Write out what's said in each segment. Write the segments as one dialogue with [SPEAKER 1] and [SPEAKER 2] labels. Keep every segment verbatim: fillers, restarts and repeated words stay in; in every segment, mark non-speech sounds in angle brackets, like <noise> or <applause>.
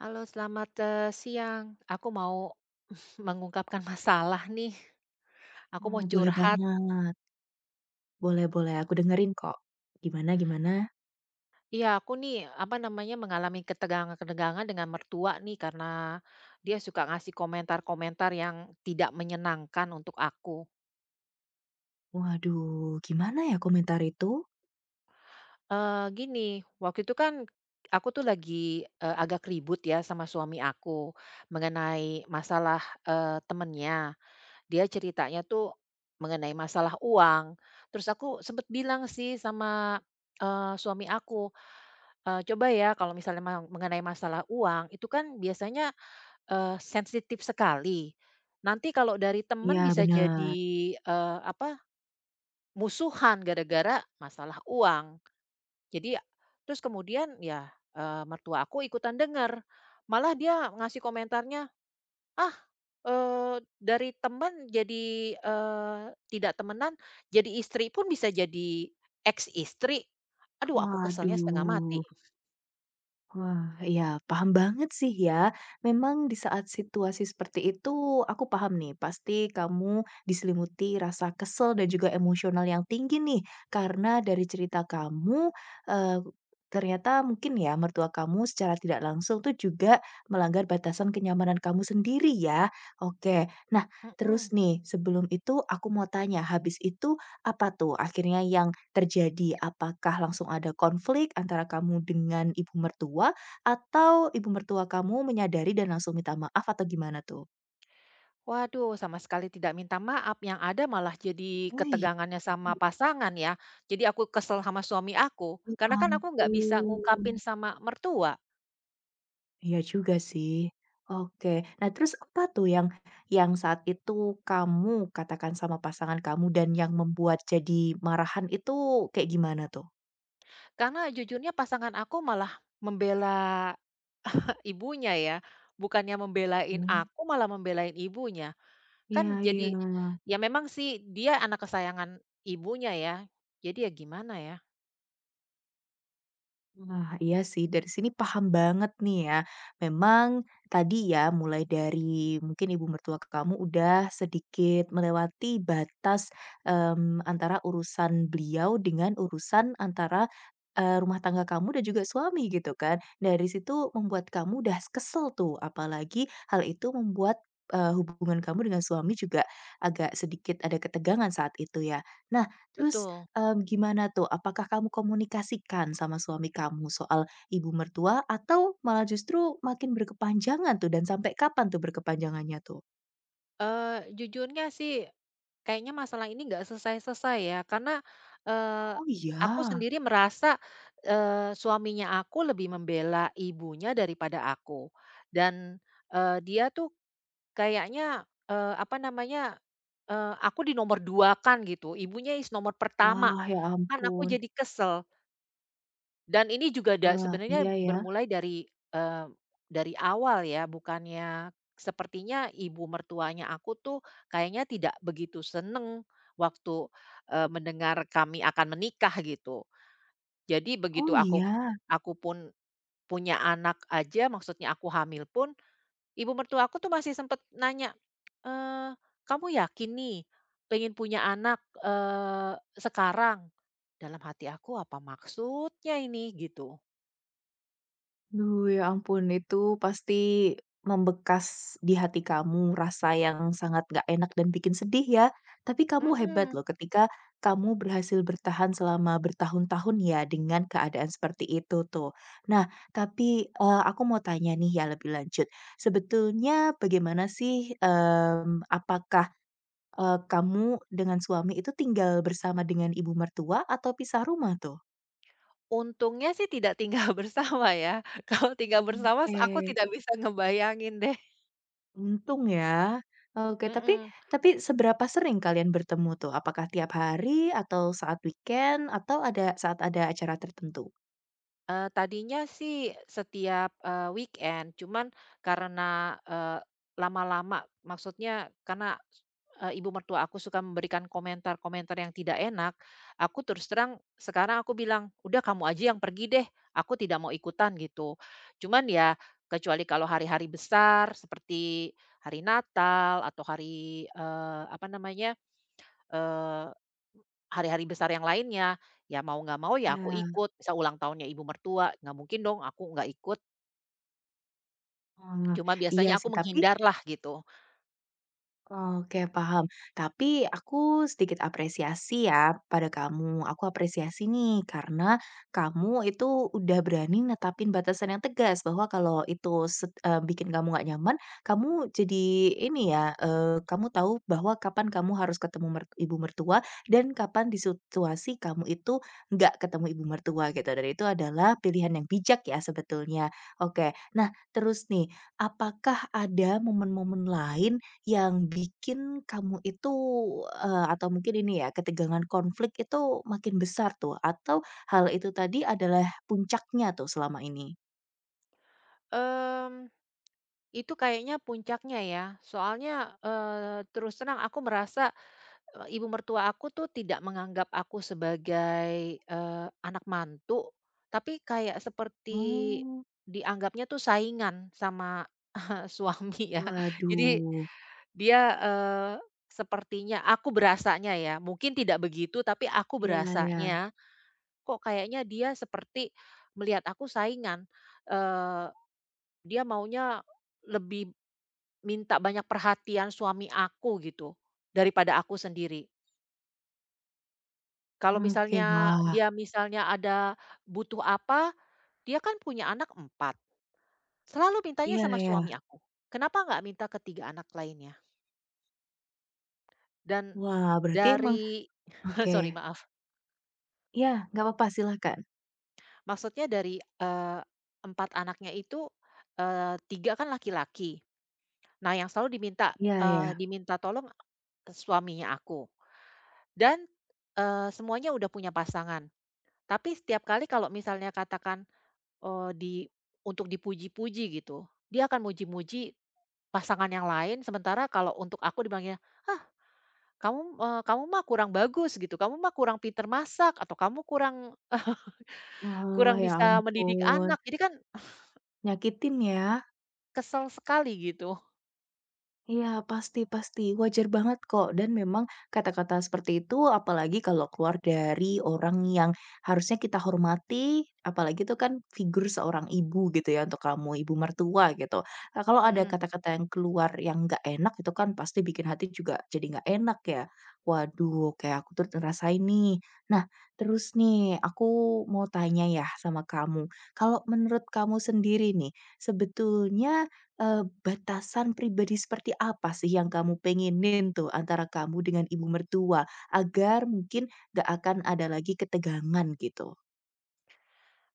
[SPEAKER 1] Halo, selamat, eee, siang. Aku mau <laughs> mengungkapkan masalah nih. Aku mau
[SPEAKER 2] Wah, boleh
[SPEAKER 1] curhat.
[SPEAKER 2] banget. Boleh boleh, aku dengerin kok. Gimana gimana?
[SPEAKER 1] Iya, aku nih, apa namanya, mengalami ketegangan-ketegangan dengan mertua nih karena dia suka ngasih komentar-komentar yang tidak menyenangkan untuk aku.
[SPEAKER 2] Waduh, gimana ya komentar itu?
[SPEAKER 1] Eee, gini, waktu itu kan aku tuh lagi, eee, agak ribut ya sama suami aku mengenai masalah, eee, temennya. Dia ceritanya tuh mengenai masalah uang. Terus aku sempet bilang sih sama, eee, suami aku, eee, "Coba ya kalau misalnya ma mengenai masalah uang itu kan biasanya, eee, sensitif sekali. Nanti kalau dari temen
[SPEAKER 2] Iya,
[SPEAKER 1] bisa jadi,
[SPEAKER 2] bener.
[SPEAKER 1] eee, apa, musuhan gara-gara masalah uang." Jadi terus kemudian ya, eee, mertua aku ikutan dengar, malah dia ngasih komentarnya, "Ah, Eee, dari teman jadi, eee, tidak temenan, jadi istri pun bisa jadi ex-istri. Aduh aku keselnya setengah
[SPEAKER 2] Waduh.
[SPEAKER 1] mati."
[SPEAKER 2] Wah, iya paham banget sih ya. Memang di saat situasi seperti itu, aku paham nih, pasti kamu diselimuti rasa kesel dan juga emosional yang tinggi nih. Karena dari cerita kamu, eee, ternyata mungkin ya mertua kamu secara tidak langsung tuh juga melanggar batasan kenyamanan kamu sendiri ya. Oke, nah terus
[SPEAKER 1] Mhm.
[SPEAKER 2] nih sebelum itu aku mau tanya, habis itu apa tuh akhirnya yang terjadi? Apakah langsung ada konflik antara kamu dengan ibu mertua, atau ibu mertua kamu menyadari dan langsung minta maaf atau gimana tuh?
[SPEAKER 1] Waduh, sama sekali tidak minta maaf, yang ada malah jadi
[SPEAKER 2] Oh iya?
[SPEAKER 1] ketegangannya sama pasangan ya. Jadi aku kesel sama suami aku,
[SPEAKER 2] Ya
[SPEAKER 1] karena kan aku nggak bisa
[SPEAKER 2] ampun.
[SPEAKER 1] ngungkapin sama mertua.
[SPEAKER 2] Iya juga sih. Oke. Nah terus apa tuh yang yang saat itu kamu katakan sama pasangan kamu dan yang membuat jadi marahan itu kayak gimana tuh?
[SPEAKER 1] Karena jujurnya pasangan aku malah membela ibunya ya, bukannya membelain
[SPEAKER 2] Oh,
[SPEAKER 1] aku, malah membelain ibunya.
[SPEAKER 2] iya
[SPEAKER 1] Kan
[SPEAKER 2] iya.
[SPEAKER 1] jadi ya memang sih dia anak kesayangan ibunya ya, jadi ya gimana ya?
[SPEAKER 2] Nah, iya sih, dari sini paham banget nih ya. Memang tadi ya, mulai dari mungkin ibu mertua kamu udah sedikit melewati batas mmm, antara urusan beliau dengan urusan antara, eee, rumah tangga kamu dan juga suami gitu kan. Dari situ membuat kamu udah kesel tuh, apalagi hal itu membuat, eee, hubungan kamu dengan suami juga agak sedikit ada ketegangan saat itu ya. Nah, terus
[SPEAKER 1] Betul.
[SPEAKER 2] Mmm, gimana tuh? Apakah kamu komunikasikan sama suami kamu soal ibu mertua atau malah justru makin berkepanjangan tuh dan sampai kapan tuh berkepanjangannya tuh?
[SPEAKER 1] Eee, jujurnya sih kayaknya masalah ini nggak selesai-selesai ya karena, eee,
[SPEAKER 2] Oh
[SPEAKER 1] aku
[SPEAKER 2] iya?
[SPEAKER 1] sendiri merasa, eee, suaminya aku lebih membela ibunya daripada aku dan, eee, dia tuh kayaknya, eee, apa namanya, eee, aku di nomor dua kan gitu, ibunya is nomor pertama,
[SPEAKER 2] Wah, ya
[SPEAKER 1] kan aku
[SPEAKER 2] ampun.
[SPEAKER 1] jadi kesel. Dan ini juga da
[SPEAKER 2] Wah,
[SPEAKER 1] sebenarnya
[SPEAKER 2] iya ya.
[SPEAKER 1] bermulai dari, eee, dari awal ya, bukannya sepertinya ibu mertuanya aku tuh kayaknya tidak begitu seneng waktu, eee, mendengar kami akan menikah gitu. Jadi
[SPEAKER 2] Oh
[SPEAKER 1] begitu aku
[SPEAKER 2] iya?
[SPEAKER 1] aku pun punya anak aja, maksudnya aku hamil pun, ibu mertua aku tuh masih sempet nanya, "Eee, kamu yakin nih pengen punya anak, eee, sekarang?" Dalam hati aku, "Apa maksudnya ini?" Gitu.
[SPEAKER 2] Duh, ya ampun itu pasti membekas di hati kamu rasa yang sangat gak enak dan bikin sedih ya. Tapi kamu hebat
[SPEAKER 1] Mhm.
[SPEAKER 2] loh ketika kamu berhasil bertahan selama bertahun-tahun ya dengan keadaan seperti itu tuh. Nah, tapi, eee, aku mau tanya nih ya lebih lanjut. Sebetulnya bagaimana sih, mmm, apakah, eee, kamu dengan suami itu tinggal bersama dengan ibu mertua atau pisah rumah tuh?
[SPEAKER 1] Untungnya sih tidak tinggal <laughs> bersama ya, kalau tinggal bersama
[SPEAKER 2] Oke.
[SPEAKER 1] aku tidak bisa ngebayangin deh,
[SPEAKER 2] Untung ya. Oke, tapi
[SPEAKER 1] mhm.
[SPEAKER 2] tapi seberapa sering kalian bertemu tuh? Apakah tiap hari atau saat weekend atau ada saat ada acara tertentu?
[SPEAKER 1] Eee, tadinya sih setiap, eee, weekend, cuman karena, eee, lama-lama maksudnya karena, eee, ibu mertua aku suka memberikan komentar-komentar yang tidak enak, aku terus terang sekarang aku bilang, "Udah kamu aja yang pergi deh, aku tidak mau ikutan," gitu. Cuman ya kecuali kalau hari-hari besar seperti hari Natal atau hari, eee, apa namanya, eh, hari-hari besar yang lainnya, ya mau nggak mau ya aku
[SPEAKER 2] Ya,
[SPEAKER 1] ikut, misal ulang tahunnya ibu mertua, nggak mungkin dong aku nggak ikut,
[SPEAKER 2] oh,
[SPEAKER 1] cuma
[SPEAKER 2] iya
[SPEAKER 1] biasanya aku
[SPEAKER 2] sih, tapi
[SPEAKER 1] menghindar lah gitu.
[SPEAKER 2] Oke, paham. Tapi aku sedikit apresiasi ya pada kamu. Aku apresiasi nih karena kamu itu udah berani netapin batasan yang tegas bahwa kalau itu set- eh, bikin kamu nggak nyaman, kamu jadi ini ya, eh, kamu tahu bahwa kapan kamu harus ketemu mert- ibu mertua dan kapan di situasi kamu itu nggak ketemu ibu mertua gitu. Dan itu adalah pilihan yang bijak ya sebetulnya. Oke, nah terus nih, apakah ada momen-momen lain yang bikin kamu itu, eee, atau mungkin ini ya, ketegangan konflik itu makin besar tuh, atau hal itu tadi adalah puncaknya tuh selama ini?
[SPEAKER 1] Mmm, itu kayaknya puncaknya ya, soalnya, eee, terus terang aku merasa, eee, ibu mertua aku tuh tidak menganggap aku sebagai, eee, anak mantu, tapi kayak seperti
[SPEAKER 2] Oh.
[SPEAKER 1] dianggapnya tuh saingan sama <laughs> suami ya. Jadi
[SPEAKER 2] Waduh.
[SPEAKER 1] dia, eee, sepertinya aku berasanya ya, mungkin tidak begitu, tapi aku
[SPEAKER 2] Iya ya.
[SPEAKER 1] berasanya, kok kayaknya dia seperti melihat aku saingan. Eee, Dia maunya lebih minta banyak perhatian suami aku gitu, daripada aku sendiri. Kalau
[SPEAKER 2] Oke,
[SPEAKER 1] misalnya
[SPEAKER 2] wah.
[SPEAKER 1] dia misalnya ada butuh apa, dia kan punya anak empat, selalu mintanya
[SPEAKER 2] Iya
[SPEAKER 1] sama suami
[SPEAKER 2] ya.
[SPEAKER 1] aku. Kenapa nggak minta ke tiga anak lainnya? Dan
[SPEAKER 2] Wah, berarti emang
[SPEAKER 1] dari
[SPEAKER 2] oke.
[SPEAKER 1] <laughs> sorry, maaf.
[SPEAKER 2] Iya, nggak apa-apa, silakan.
[SPEAKER 1] Maksudnya dari, eee, empat anaknya itu, eee, tiga kan laki-laki. Nah yang selalu diminta,
[SPEAKER 2] Iya
[SPEAKER 1] eee,
[SPEAKER 2] ya.
[SPEAKER 1] diminta tolong suaminya aku dan, eee, semuanya udah punya pasangan. Tapi setiap kali kalau misalnya katakan, eee, di untuk dipuji-puji gitu, dia akan muji-muji pasangan yang lain, sementara kalau untuk aku dibilangnya, "Ah kamu, eee, kamu mah kurang bagus," gitu, "kamu mah kurang pinter masak," atau "kamu kurang
[SPEAKER 2] Wah,
[SPEAKER 1] kurang
[SPEAKER 2] ya
[SPEAKER 1] bisa mendidik
[SPEAKER 2] ampun,
[SPEAKER 1] anak." Jadi kan
[SPEAKER 2] nyakitin ya.
[SPEAKER 1] kesel sekali gitu.
[SPEAKER 2] Iya, pasti pasti. Wajar banget kok, dan memang kata-kata seperti itu apalagi kalau keluar dari orang yang harusnya kita hormati, apalagi itu kan figur seorang ibu gitu ya untuk kamu, ibu mertua gitu. Nah, kalau ada
[SPEAKER 1] Mhm.
[SPEAKER 2] kata-kata yang keluar yang nggak enak itu kan pasti bikin hati juga jadi nggak enak ya. Waduh, kayak aku tuh ngerasain nih. Nah, terus nih aku mau tanya ya sama kamu. Kalau menurut kamu sendiri nih, sebetulnya Eee, batasan pribadi seperti apa sih yang kamu pengenin tuh antara kamu dengan ibu mertua, agar mungkin gak akan ada lagi ketegangan gitu?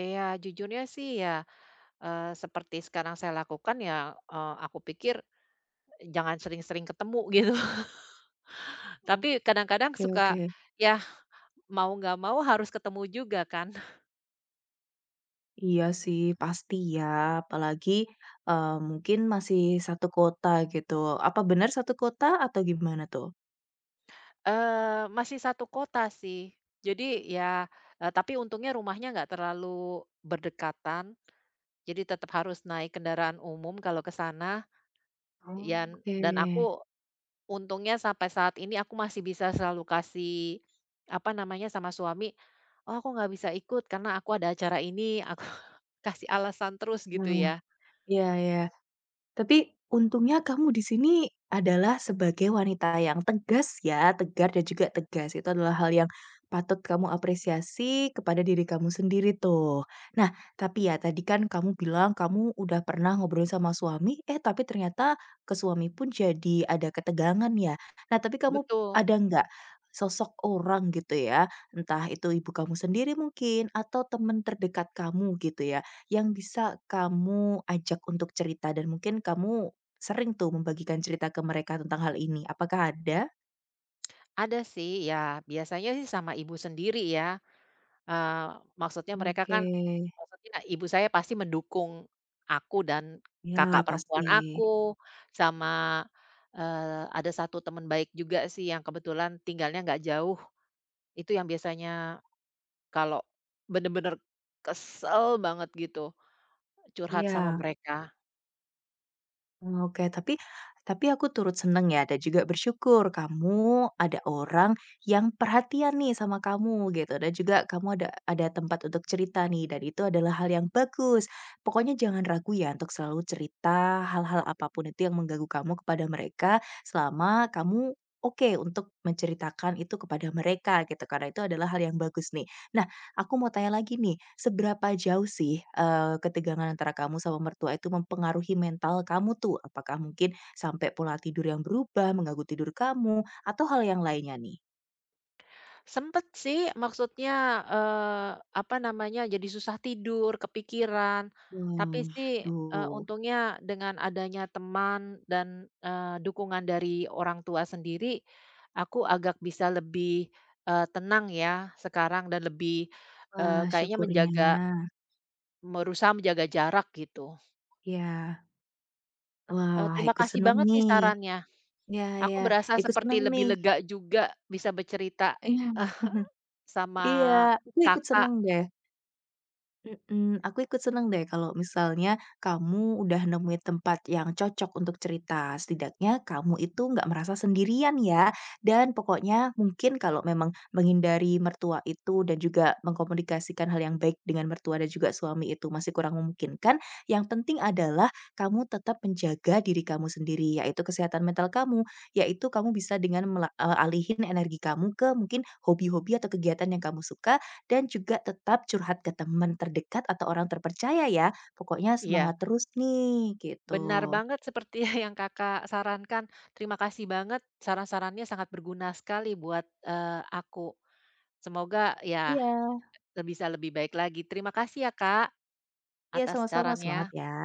[SPEAKER 1] Iya, jujurnya sih ya, eee, seperti sekarang saya lakukan ya, eee, aku pikir jangan sering-sering ketemu <laughs> gitu. Tapi kadang-kadang
[SPEAKER 2] Oke
[SPEAKER 1] suka
[SPEAKER 2] oke.
[SPEAKER 1] ya mau nggak mau harus ketemu juga kan. <laughs>
[SPEAKER 2] Iya sih, pasti ya, apalagi, eee, mungkin masih satu kota gitu. Apa benar satu kota atau gimana tuh?
[SPEAKER 1] Eee, masih satu kota sih. Jadi ya, eee, tapi untungnya rumahnya nggak terlalu berdekatan, jadi tetap harus naik kendaraan umum kalau ke sana yan
[SPEAKER 2] Oke.
[SPEAKER 1] dan aku untungnya sampai saat ini aku masih bisa selalu kasih, apa namanya, sama suami, "Oh, aku nggak bisa ikut karena aku ada acara ini," aku <laughs> kasih alasan terus gitu
[SPEAKER 2] Nah
[SPEAKER 1] ya.
[SPEAKER 2] Iya ya. Tapi untungnya kamu di sini adalah sebagai wanita yang tegas ya, tegar dan juga tegas. Itu adalah hal yang patut kamu apresiasi kepada diri kamu sendiri tuh. Nah, tapi ya tadi kan kamu bilang kamu udah pernah ngobrol sama suami, eh tapi ternyata ke suami pun jadi ada ketegangan ya. Nah, tapi kamu
[SPEAKER 1] Betul,
[SPEAKER 2] ada nggak sosok orang gitu ya, entah itu ibu kamu sendiri mungkin atau teman terdekat kamu gitu ya, yang bisa kamu ajak untuk cerita dan mungkin kamu sering tuh membagikan cerita ke mereka tentang hal ini, apakah ada?
[SPEAKER 1] ada sih, ya biasanya sih sama ibu sendiri ya, eee, maksudnya mereka
[SPEAKER 2] Oke,
[SPEAKER 1] kan maksudnya ibu saya pasti mendukung aku dan
[SPEAKER 2] ya
[SPEAKER 1] kakak
[SPEAKER 2] pasti,
[SPEAKER 1] perempuan aku, sama, eee, ada satu teman baik juga sih yang kebetulan tinggalnya nggak jauh, itu yang biasanya Kalau Bener-bener kesel banget gitu, curhat sama
[SPEAKER 2] iya.
[SPEAKER 1] mereka.
[SPEAKER 2] Oke, tapi tapi aku turut seneng ya dan juga bersyukur kamu ada orang yang perhatian nih sama kamu gitu dan juga kamu ada ada tempat untuk cerita nih dan itu adalah hal yang bagus. Pokoknya jangan ragu ya untuk selalu cerita hal-hal apapun itu yang mengganggu kamu kepada mereka selama kamu oke untuk menceritakan itu kepada mereka gitu karena itu adalah hal yang bagus nih. Nah Aku mau tanya lagi nih, seberapa jauh sih, eee, ketegangan antara kamu sama mertua itu mempengaruhi mental kamu tuh? Apakah mungkin sampai pola tidur yang berubah, mengganggu tidur kamu, atau hal yang lainnya nih?
[SPEAKER 1] Sempet sih maksudnya, eee, apa namanya, jadi susah tidur, kepikiran, tapi
[SPEAKER 2] Wah.
[SPEAKER 1] sih, eee,
[SPEAKER 2] Duh.
[SPEAKER 1] untungnya dengan adanya teman dan, eee, dukungan dari orang tua sendiri, aku agak bisa lebih, eee, tenang ya sekarang dan lebih, eee,
[SPEAKER 2] Wah,
[SPEAKER 1] kayaknya
[SPEAKER 2] syukurnya.
[SPEAKER 1] menjaga berusaha menjaga jarak gitu.
[SPEAKER 2] Ya.
[SPEAKER 1] Eee,
[SPEAKER 2] Wah,
[SPEAKER 1] terima
[SPEAKER 2] ikut
[SPEAKER 1] kasih
[SPEAKER 2] seneng
[SPEAKER 1] banget nih
[SPEAKER 2] nih.
[SPEAKER 1] sarannya.
[SPEAKER 2] Ya
[SPEAKER 1] Aku
[SPEAKER 2] ya,
[SPEAKER 1] berasa
[SPEAKER 2] ikut
[SPEAKER 1] seperti
[SPEAKER 2] seneng
[SPEAKER 1] lebih
[SPEAKER 2] nih.
[SPEAKER 1] lega juga bisa bercerita,
[SPEAKER 2] Iya.
[SPEAKER 1] eh,
[SPEAKER 2] <laughs>
[SPEAKER 1] sama
[SPEAKER 2] Iya, aku ikut
[SPEAKER 1] Kakak.
[SPEAKER 2] seneng deh. Mhm, aku ikut seneng deh kalau misalnya kamu udah nemuin tempat yang cocok untuk cerita. Setidaknya kamu itu nggak merasa sendirian ya. Dan pokoknya mungkin kalau memang menghindari mertua itu dan juga mengkomunikasikan hal yang baik dengan mertua dan juga suami itu masih kurang memungkinkan, yang penting adalah kamu tetap menjaga diri kamu sendiri, yaitu kesehatan mental kamu, yaitu kamu bisa dengan mela- eh, alihin energi kamu ke mungkin hobi-hobi atau kegiatan yang kamu suka dan juga tetap curhat ke teman terdekat atau orang terpercaya ya. Pokoknya
[SPEAKER 1] Iya,
[SPEAKER 2] semangat terus nih,
[SPEAKER 1] benar
[SPEAKER 2] gitu.
[SPEAKER 1] banget seperti <laughs> yang Kakak sarankan. Terima kasih banget saran-sarannya sangat berguna sekali buat, eee, aku. Semoga ya,
[SPEAKER 2] Iya,
[SPEAKER 1] bisa lebih baik lagi. Terima kasih ya Kak,
[SPEAKER 2] iya
[SPEAKER 1] atas
[SPEAKER 2] sama-sama, semangat
[SPEAKER 1] sarannya.
[SPEAKER 2] ya.